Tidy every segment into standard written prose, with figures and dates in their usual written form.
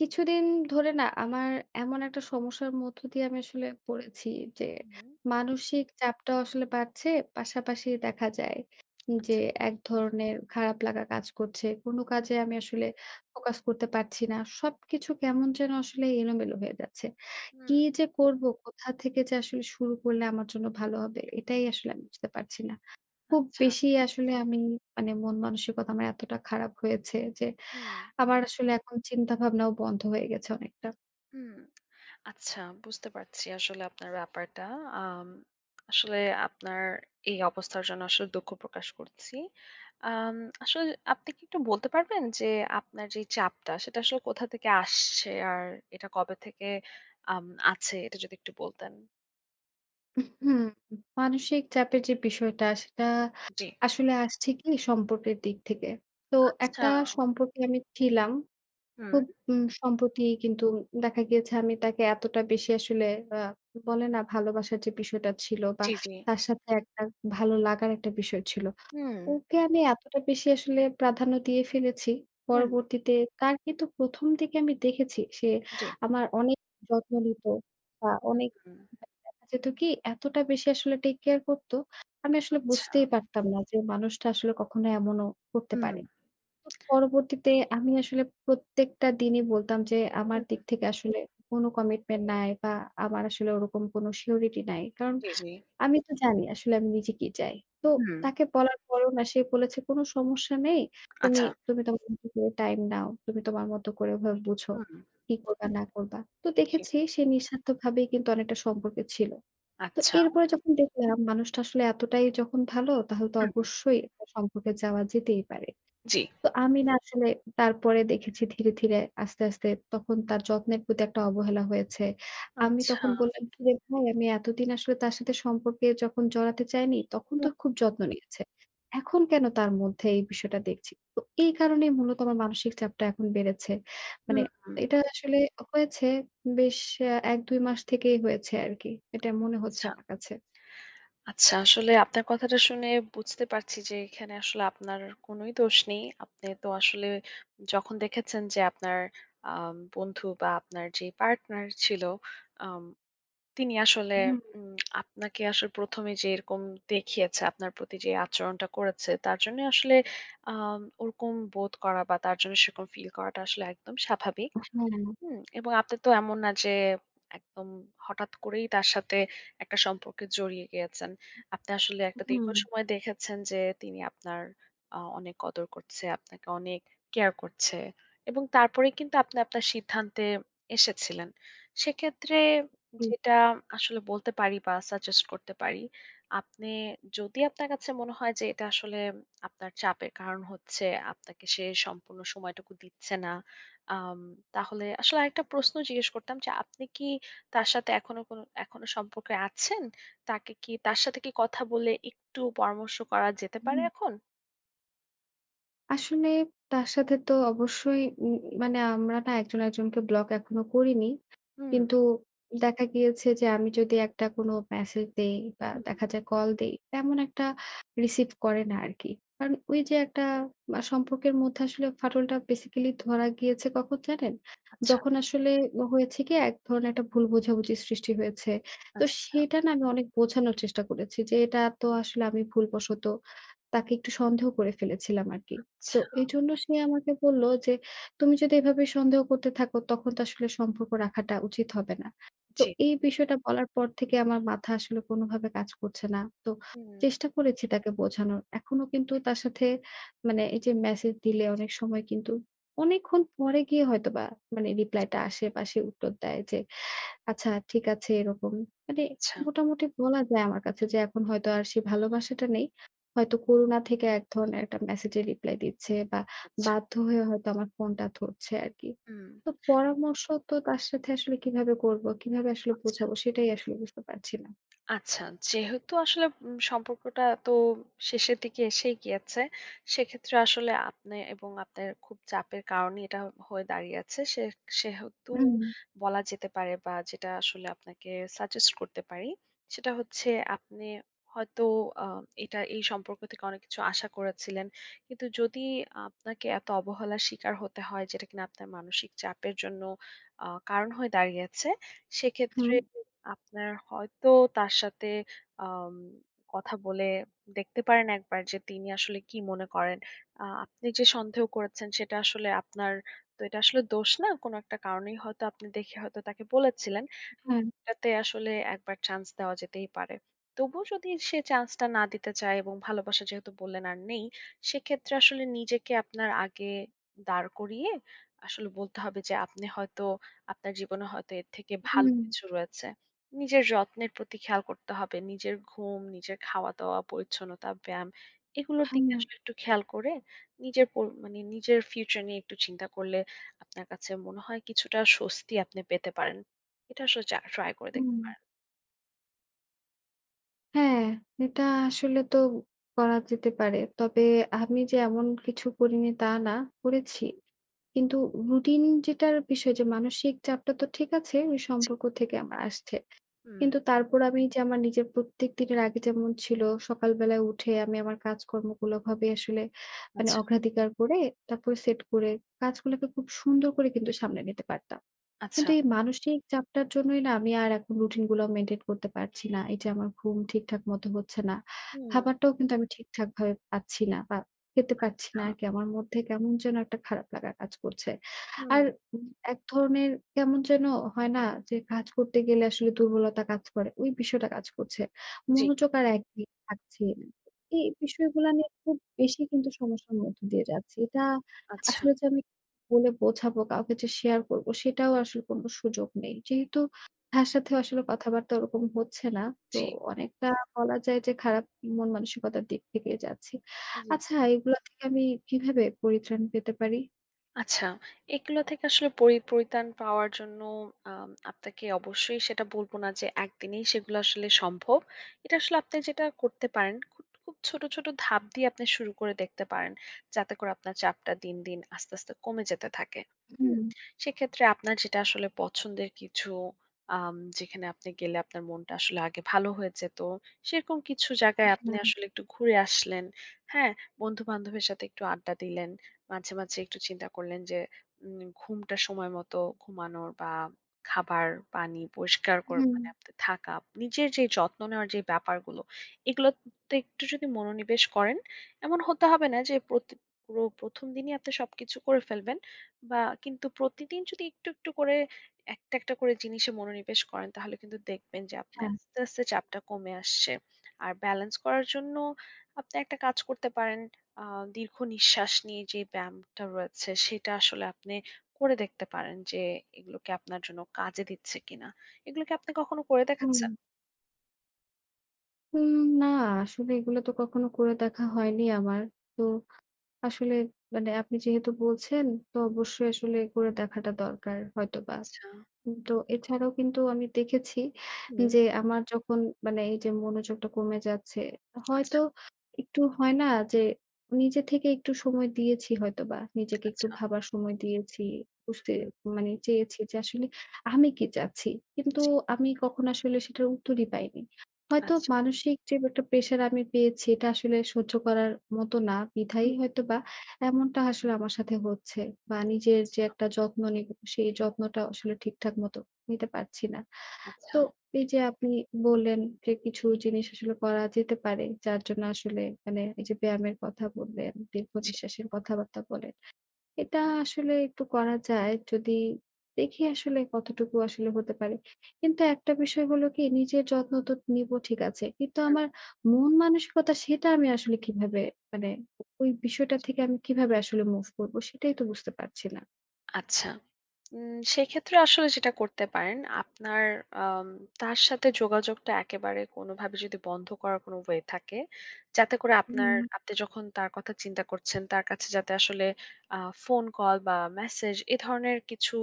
কিছুদিন ধরে না আমার এমন একটা সমস্যার মধ্য দিয়ে আমি আসলে পড়েছি যে হুম, মানসিক চাপটা আসলে বাড়ছে। পাশাপাশি দেখা যায় যে আচ্ছা। এক ধরনের খারাপ লাগা কাজ করছে, কোনো হুম, কাজে হুম, আমি আসলে ফোকাস করতে পারছি না, সবকিছু কেমন যেন আসলে এলোমেলো হয়ে যাচ্ছে। হুম, কি যে করব, কোথা থেকে যে আসলে শুরু করলে আমার জন্য ভালো হবে, এটাই আসলে আমি বুঝতে পারছি না। খুব আচ্ছা। বেশি আসলে আমি মানে মন মানসিকতা আমার এতটা খারাপ হয়েছে যে হুম, আমার আসলে এখন চিন্তা ভাবনাও বন্ধ হয়ে গেছে অনেকটা। হুম। আচ্ছা, বুঝতে পারছি আসলে আপনার ব্যাপারটা। আম আসলে আপনার এই অবস্থার জন্য আসলে দুঃখ প্রকাশ করছি। আম আসলে আপনি কি একটু বলতে পারবেন যে আপনার যে চাপটা সেটা আসলে কোথা থেকে আসছে? আর এটা কবে থেকে আম আছে, এটা যদি একটু বলতেন। হুম। মানসিক চাপের যে বিষয়টা সেটা জি। আসলে আসছে কি সম্পর্কের দিক থেকে। তো আচ্ছা। একটা সম্পর্কে আমি ছিলাম। হুম। খুব সম্প্রতি কিন্তু দেখা গিয়েছে আমি তাকে এতটা বেশি আসলে আ বলে না ভালোবাসার যে বিষয়টা ছিল বা জি, জি। তার সাথে একটা ভালো লাগার একটা বিষয় ছিল। হুম, ওকে আমি এতটা বেশি আসলে প্রাধান্য দিয়ে ফেলেছি, হুম, পরবর্তীতে তার কিন্তু ১ম দিকে আমি দেখেছি সে জি। আমার অনেক যত্ন নিত বা হুম, অনেক হুম। মানে দেখা যেত কি এতটা বেশি আসলে টেক কেয়ার করত, আমি আসলে আচ্ছা। বুঝতেই পারতাম না যে মানুষটা আসলে কখনো এমনও করতে হুম, পারে। তো পরবর্তীতে আমি আসলে প্রত্যেকটা দিনই বলতাম যে আমার দিক হুম। থেকে আসলে কোনো কমিটমেন্ট নাই বা আমার আসলে ওরকম কোনো সিউরিটি নাই। কারণ জি, জি। আমি তো জানি আসলে আমি নিজে কি চাই। তো হুম, তাকে বলার পরেও না সে বলেছে, "কোনো সমস্যা নেই। তুমি আচ্ছা। তুমি তোমার মতো করে টাইম নাও। তুমি তোমার মতো করে ওভাবে বুঝো। হুম, কি করবা না করবা।" তো জি। দেখেছি সে নিঃস্বার্থভাবেই কিন্তু অনেকটা সম্পর্কে ছিল। তো আচ্ছা, এরপরে যখন দেখলাম মানুষটা আসলে এতটাই যখন ভালো তাহলে তো হুম, অবশ্যই একটা সম্পর্কে যাওয়া যেতেই পারে। জি। তো আমি না আসলে তারপরে দেখেছি ধীরে, ধীরে আস্তে, আস্তে তখন তার যত্নের প্রতি একটা অবহেলা হয়েছে। আমি আচ্ছা। তখন বললাম, "কিরে ভাই, আমি এতদিন আসলে তার সাথে সম্পর্কে যখন জড়াতে চাইনি, তখন হু, তো খুব যত্ন নিয়েছে। এখন কেন তার মধ্যে এই বিষয়টা দেখছি?" তো এই কারণেই মূলত আমার মানসিক চাপটা এখন বেড়েছে। মানে হুম, হুম। এটা আসলে হয়েছে বেশ ১-২ মাস থেকেই হয়েছে আরকি। এটা মনে হচ্ছে আচ্ছা, আমার কাছে। আচ্ছা। আসলে আপনার কথাটা শুনে বুঝতে পারছি যে এখানে আসলে আপনার কোনোই দোষ নেই। আপনি তো আসলে যখন দেখেছেন যে আপনার বন্ধু বা আপনার যে পার্টনার ছিল, আম তিনি আসলে হুম। উম আপনাকে আসলে ১ম এ যে এরকম দেখিয়েছে, আপনার প্রতি যে আচরণটা করেছে, তার জন্য আসলে ওরকম বোধ করা বা তার জন্য সেরকম ফিল করাটা আসলে একদম স্বাভাবিক। হ্যাঁ। হুম, এবং আপনার তো এমন না যে একদম হঠাৎ করেই তার সাথে একটা সম্পর্কে জড়িয়ে গিয়েছেন। আপনি আসলে একটা দীর্ঘ হুম। সময় দেখেছেন যে তিনি আপনার অনেক কদর করছে, আপনাকে অনেক কেয়ার করছে এবং তারপরেই কিন্তু আপনি আপনার সিদ্ধান্তে এসেছিলেন। সেক্ষেত্রে যেটা আসলে বলতে পারি বা সাজেস্ট করতে পারি, আপনি যদি আপনার কাছে মনে হয় যে এটা আসলে আপনার চাপের কারণ হচ্ছে, আপনাকে সে সম্পূর্ণ সময়টুকু দিচ্ছে না, আম তাহলে আসলে আরেকটা প্রশ্ন জিজ্ঞেস করতাম যে আপনি কি তার সাথে এখনো কোনো এখনো সম্পর্কে আছেন? তাকে কি তার সাথে কি কথা বলে একটু পরামর্শ করা যেতে জি। পারে এখন? আসলে তার সাথে তো অবশ্যই মানে আমরা না একজন একজনকে ব্লক এখনো করিনি। হুম, কিন্তু দেখা গিয়েছে যে আমি যদি একটা কোনো মেসেজ দেই বা হুম। দেখা যায় কল দেই, তেমন একটা রিসিভ করে না আরকি। কারণ ওই যে একটা সম্পর্কের মধ্যে আসলে ফাটলটা বেসিক্যালি ধরা গিয়েছে কখন জানেন? আচ্ছা, যখন আসলে হয়েছে কি এক ধরনের একটা ভুল বোঝাবুঝি সৃষ্টি হয়েছে। তো আচ্ছা, আচ্ছা, সেটা না আমি অনেক বোঝানোর চেষ্টা করেছি যে এটা তো আসলে আমি ভুলবশত তাকে একটু সন্দেহ করে ফেলেছিলাম আরকি। আচ্ছা। তো এজন্য সে আমাকে বলল যে, "তুমি যদি এভাবে সন্দেহ করতে থাকো তখন তো আসলে সম্পর্ক রাখাটা উচিত হবে না।" তো জি। এই বিষয়টা বলার পর থেকে আমার মাথা আসলে কোনোভাবে কাজ করছে না। তো হুম। চেষ্টা করেছি তাকে বোঝানোর। এখনো কিন্তু তার সাথে মানে এই যে মেসেজ দিলে অনেক সময় কিন্তু অনেকক্ষণ পরে গিয়ে হয়তোবা মানে রিপ্লাইটা আসে বা সে উত্তর দেয় যে আচ্ছা ঠিক আছে এরকম। মানে আচ্ছা, মোটামুটি বলা যায় আমার কাছে যে এখন হয়তো আর সেই ভালোবাসাটা নেই। হয়তো করুণা থেকে এক ধরনের একটা মেসেজে রিপ্লাই দিচ্ছে বা আচ্ছা। বাধ্য হয়ে হয়তো আমার ফোনটা ধরছে আরকি। হুম। তো পরামর্শ তো তার সাথে আসলে কিভাবে করব, কিভাবে আসলে বোঝাবো সেটাই আসলে বুঝতে পারছি না। আচ্ছা, যেহেতু আসলে সম্পর্কটা তো শেষের দিকে এসেই গিয়েছে, সেক্ষেত্রে আসলে আপনি এবং আপনার খুব চাপের কারণে এটা হয়ে দাঁড়িয়েছে। সেহেতু হুম, বলা যেতে পারে বা যেটা আসলে আপনাকে সাজেস্ট করতে পারি, সেটা হচ্ছে আপনি হয়তো আ এটা এই সম্পর্ক থেকে অনেক কিছু আশা করেছিলেন। কিন্তু যদি আপনাকে এত অবহেলার শিকার হতে হয় যেটা কিনা আপনার মানসিক চাপের জন্য আ কারণ হয়ে দাঁড়িয়েছে, সেক্ষেত্রে হুম, আপনার হয়তো তার সাথে আম কথা বলে দেখতে পারেন একবার যে তিনি আসলে কি মনে করেন। আপনি যে সন্দেহ করেছেন সেটা আসলে আপনার, তো এটা আসলে দোষ না। কোনো একটা কারণেই হয়তো আপনি দেখে হয়তো তাকে বলেছিলেন। হ্যাঁ। এটাতে আসলে একবার চান্স দেওয়া যেতেই পারে। তবুও যদি সে চান্সটা না দিতে চায় এবং ভালোবাসা যেহেতু বললেন আর নেই, সেক্ষেত্রে আসলে নিজেকে আপনার আগে দাঁড় করিয়ে আসলে বলতে হবে যে আপনি হয়তো, আপনার জীবনে হয়তো এর থেকে হুম, ভালো হুম, কিছু রয়েছে। নিজের যত্নের প্রতি খেয়াল করতে হবে। নিজের ঘুম, নিজের খাওয়া-দাওয়া, পরিচ্ছন্নতা, ব্যায়াম এগুলোর হুম, দিকে আসলে একটু খেয়াল করে নিজের পর মানে নিজের ফিউচার নিয়ে একটু চিন্তা করলে আপনার কাছে মনে হয় কিছুটা স্বস্তি আপনি পেতে পারেন। এটা আসলে ট্রাই করে দেখতে হুম। পারেন। হ্যাঁ, এটা আসলে তো করা যেতে পারে। তবে আমি যে এমন কিছু করিনি তা না, করেছি। কিন্তু রুটিন যেটার বিষয় যে মানসিক চাপটা তো ঠিক আছে, ওই জি। সম্পর্ক থেকে আমার আসছে। হুম। কিন্তু তারপর আমি যে আমার নিজের প্রত্যেক দিনের আগে যেমন ছিল সকালবেলায় উঠে আমি আমার কাজকর্মগুলো ওভাবে আসলে মানে আচ্ছা, অগ্রাধিকার করে তারপরে সেট করে কাজগুলোকে খুব সুন্দর করে কিন্তু সামলে নিতে পারতাম। আচ্ছা। কিন্তু এই মানসিক চাপটার জন্যই না আমি আর এখন রুটিন গুলো মেইনটেইন করতে পারছি না। এই যে আমার ঘুম ঠিকঠাক মতো হচ্ছে না। হুম, খাবারটাও কিন্তু আমি ঠিকঠাক ভাবে পাচ্ছি না বা খেতে পারছি না আ আরকি। আমার মধ্যে কেমন যেন একটা খারাপ লাগা কাজ করছে। হুম। আর উম এক ধরনের কেমন যেন হয় না যে কাজ করতে গেলে আসলে দুর্বলতা কাজ করে। ওই বিষয়টা কাজ করছে। জি। মনোযোগ আর একদিকে থাকছে না। এই বিষয়গুলা নিয়ে খুব বেশি কিন্তু সমস্যার মধ্য দিয়ে যাচ্ছি। এটা আচ্ছা। আসলে যে আমি বলে বোঝাবো, কাউকে যে শেয়ার করব সেটাও আসলে কোন সুযোগ নেই। যেহেতু তার সাথে আসলে কথাবার্তা ওরকম হচ্ছে না। তো জি, অনেকটা বলা যায় যে খারাপ মন মানসিকতার দিক থেকে যাচ্ছি। জি। আচ্ছা, এগুলা থেকে আমি কিভাবে পরিত্রাণ পেতে পারি? আচ্ছা, এগুলো থেকে আসলে পরিত্রাণ পাওয়ার জন্য আপনাকে অবশ্যই সেটা বলব না যে একদিনেই সেগুলো আসলে সম্ভব। এটা আসলে আপনি যেটা করতে পারেন, খুব, খুব ছোট, ছোট ধাপ দিয়ে আপনি শুরু করে দেখতে পারেন। যাতে করে আপনার চাপটা দিন, দিন আস্তে, আস্তে কমে যেতে থাকে। হুম? হুম, সেক্ষেত্রে আপনার যেটা আসলে পছন্দের কিছু, যেখানে আপনি গেলে আপনার মনটা আসলে আগে ভালো হয়ে যেত। সেরকম কিছু জায়গায় আপনি হ্যাঁ, আসলে একটু ঘুরে আসলেন। হ্যাঁ? বন্ধু-বান্ধবের সাথে একটু আড্ডা দিলেন। মাঝে, মাঝে একটু চিন্তা করলেন যে ঘুমটা সময় মতো ঘুমানোর বা খাবার, পানি পরিষ্কার কর হুম, মানে আপনার থাকা, নিজের যে যত্ন নেওয়ার যে ব্যাপারগুলো, এগুলোতে একটু যদি মনোনিবেশ করেন, এমন হতে হবে না যে প্রতি পুরো ১ম দিনই আপনি সবকিছু করে ফেলবেন, বা কিন্তু প্রতিদিন যদি একটু, একটু করে একটা, একটা করে জিনিসে মনোনিবেশ করেন তাহলে কিন্তু দেখবেন যে আপনি হ্যাঁ। আস্তে, আস্তে চাপটা কমে আসছে। আর ব্যালেন্স করার জন্য আপনি একটা কাজ করতে পারেন, আ দীর্ঘ নিঃশ্বাস নিয়ে যে ব্যায়ামটা রয়েছে, সেটা আসলে আপনি করে দেখতে পারেন যে এগুলো কি আপনার জন্য কাজে দিচ্ছে কিনা? এগুলো কি আপনি কখনো করে হুম। দেখাচ্ছেন? না আসলে এগুলো তো কখনো করে দেখা হয়নি আমার। তো আসলে মানে আপনি যেহেতু বলছেন তো অবশ্যই আসলে করে দেখাটা দরকার হয়তোবা। আচ্ছা। তো এছাড়াও কিন্তু আমি দেখেছি হুম। যে আমার যখন মানে এই যে মনোযোগটা কমে যাচ্ছে, আচ্ছা, হয়তো একটু হয় না যে নিজে থেকে একটু সময় দিয়েছি হয়তোবা। নিজেকে একটু আচ্ছা। ভাবার সময় দিয়েছি। বুঝতে হুম, মানে চেয়েছি যে আসলে আমি কি চাচ্ছি? কিন্তু জি। আমি কখনো আসলে সেটার উত্তরই পাইনি। হয়তো আচ্ছা। মানসিক যে একটা প্রেশার আমি পেয়েছি এটা আসলে সহ্য করার মতো না বিধায় হুম। হয়তোবা এমনটা আসলে আমার সাথে হচ্ছে বা নিজের যে একটা যত্ন নিব, সেই যত্নটা আসলে ঠিকঠাক মতো নিতে পারছি না। আচ্ছা, আচ্ছা, তো এই যে আপনি বললেন যে কিছু জিনিস আসলে করা যেতে পারে, যার জন্য আসলে মানে এই যে ব্যায়ামের কথা বললেন, দীর্ঘ জি। নিঃশ্বাসের কথাবার্তা বলেন। এটা আসলে একটু করা যায় যদি দেখি আসলে কতটুকু আসলে হতে পারে। কিন্তু একটা বিষয় হলো কি নিজের যত্ন তো নিবো ঠিক আছে। কিন্তু হুম। আমার মন মানসিকতা সেটা আমি আসলে কিভাবে মানে ওই বিষয়টা থেকে আমি কিভাবে আসলে মুভ করবো সেটাই তো বুঝতে পারছি না। আচ্ছা। সেক্ষেত্রে আসলে যেটা করতে পারেন, আপনার আম তার সাথে যোগাযোগটা একেবারে কোনোভাবে যদি বন্ধ করার কোনো ওয়ে থাকে, যাতে করে আপনার, হুম, আপনি যখন তার কথা চিন্তা করছেন, তার কাছে যাতে আসলে আ ফোন কল বা মেসেজ এ ধরনের কিছু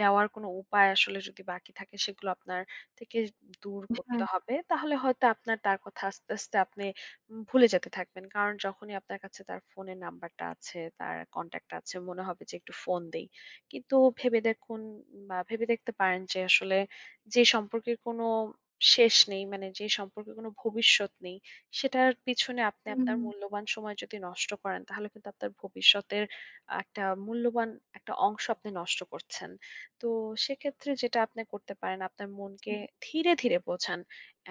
দেওয়ার কোনো উপায় আসলে যদি বাকি থাকে, সেগুলো আপনার থেকে দূর করতে হ্যাঁ, হবে। তাহলে হয়তো আপনার তার কথা আস্তে, আস্তে আপনি ভুলে যেতে থাকবেন। কারণ যখনই আপনার কাছে তার ফোনের নাম্বারটা আছে, তার কনট্যাক্ট টা আছে, মনে হবে যে একটু ফোন দেই। কিন্তু ভেবে দেখুন বা ভেবে দেখতে পারেন যে আসলে যে সম্পর্কের কোনো শেষ নেই, মানে যে সম্পর্কের কোনো ভবিষ্যৎ নেই, সেটার পিছনে আপনি হুম, আপনার মূল্যবান সময় যদি নষ্ট করেন, তাহলে কিন্তু আপনার ভবিষ্যতের একটা মূল্যবান একটা অংশ আপনি নষ্ট করছেন। তো সেক্ষেত্রে যেটা আপনি করতে পারেন, আপনার মনকে ধীরে, ধীরে বোঝান।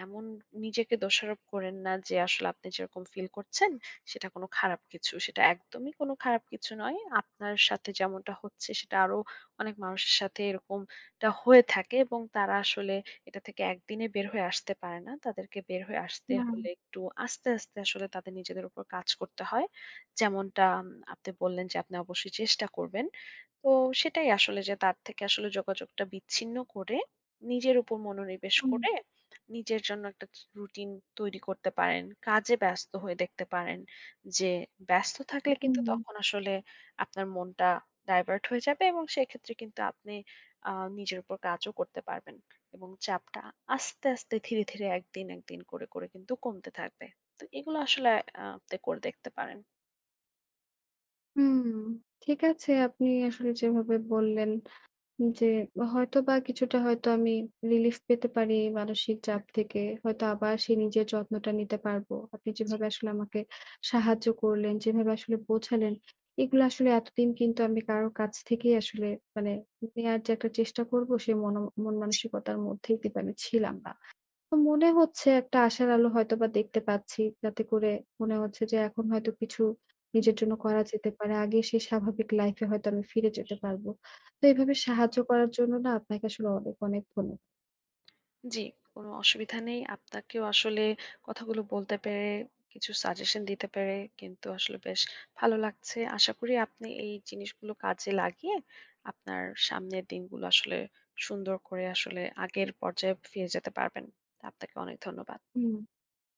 এমন নিজেকে দোষারোপ করেন না যে আসলে আপনি যেরকম ফিল করছেন সেটা কোনো খারাপ কিছু। সেটা একদমই কোনো খারাপ কিছু নয়। আপনার সাথে যেমনটা হচ্ছে সেটা আরো অনেক মানুষের সাথে এরকমটা হয়ে থাকে এবং তারা আসলে এটা থেকে একদিনে বের হয়ে আসতে পারে না। তাদেরকে বের হয়ে আসতে না, হলে একটু আস্তে, আস্তে আসলে তাদের নিজেদের উপর কাজ করতে হয়। যেমনটা, আপনি বললেন যে আপনি অবশ্যই চেষ্টা করবেন। তো সেটাই আসলে যে তার থেকে আসলে যোগাযোগটা বিচ্ছিন্ন করে নিজের উপর মনোনিবেশ হুম, করে নিজের জন্য একটা রুটিন তৈরি করতে পারেন। কাজে ব্যস্ত হয়ে দেখতে পারেন। যে ব্যস্ত থাকলে কিন্তু হুম, তখন আসলে আপনার মনটা ডাইভার্ট হয়ে যাবে এবং সেক্ষেত্রে কিন্তু আপনি নিজের উপর কাজও করতে পারবেন এবং চাপটা আস্তে আস্তে ধীরে ধীরে একদিন একদিন করে করে কিন্তু কমতে থাকবে। তো এগুলো আসলে আপনি করে দেখতে পারেন। হুম। ঠিক আছে, আপনি আসলে যেভাবে বললেন যে হয়তোবা কিছুটা হয়তো আমি রিলিফ পেতে পারি এই মানসিক চাপ থেকে। হয়তো আবার সেই নিজের যত্নটা নিতে পারবো। আপনি যেভাবে আসলে আমাকে সাহায্য করলেন, যেভাবে আসলে বোঝালেন, এগুলো আসলে এতদিন কিন্তু আমি কারো কাছ থেকেই আসলে মানে নেয়ার যে একটা চেষ্টা করবো সেই মন জি, মানসিকতার মধ্যেই কিন্তু আমি ছিলাম না। তো মনে হচ্ছে একটা আশার আলো হয়তোবা দেখতে পাচ্ছি। যাতে করে মনে হচ্ছে যে এখন হয়তো কিছু নিজের জন্য করা যেতে পারে। আগে সেই স্বাভাবিক লাইফ এ হয়তো আমি ফিরে যেতে পারবো। তো এভাবে সাহায্য করার জন্য না আপনাকে আসলে অনেক, অনেক ধন্যবাদ। জি, কোনো অসুবিধা নেই। আপনাকেও আসলে কথাগুলো বলতে পেরে, কিছু সাজেশন দিতে পেরে কিন্তু আসলে বেশ ভালো লাগছে। আশা করি আপনি এই জিনিসগুলো কাজে লাগিয়ে আপনার সামনের দিনগুলো আসলে সুন্দর করে আসলে আগের পর্যায়ে ফিরে যেতে পারবেন। তা আপনাকে অনেক ধন্যবাদ। হুম।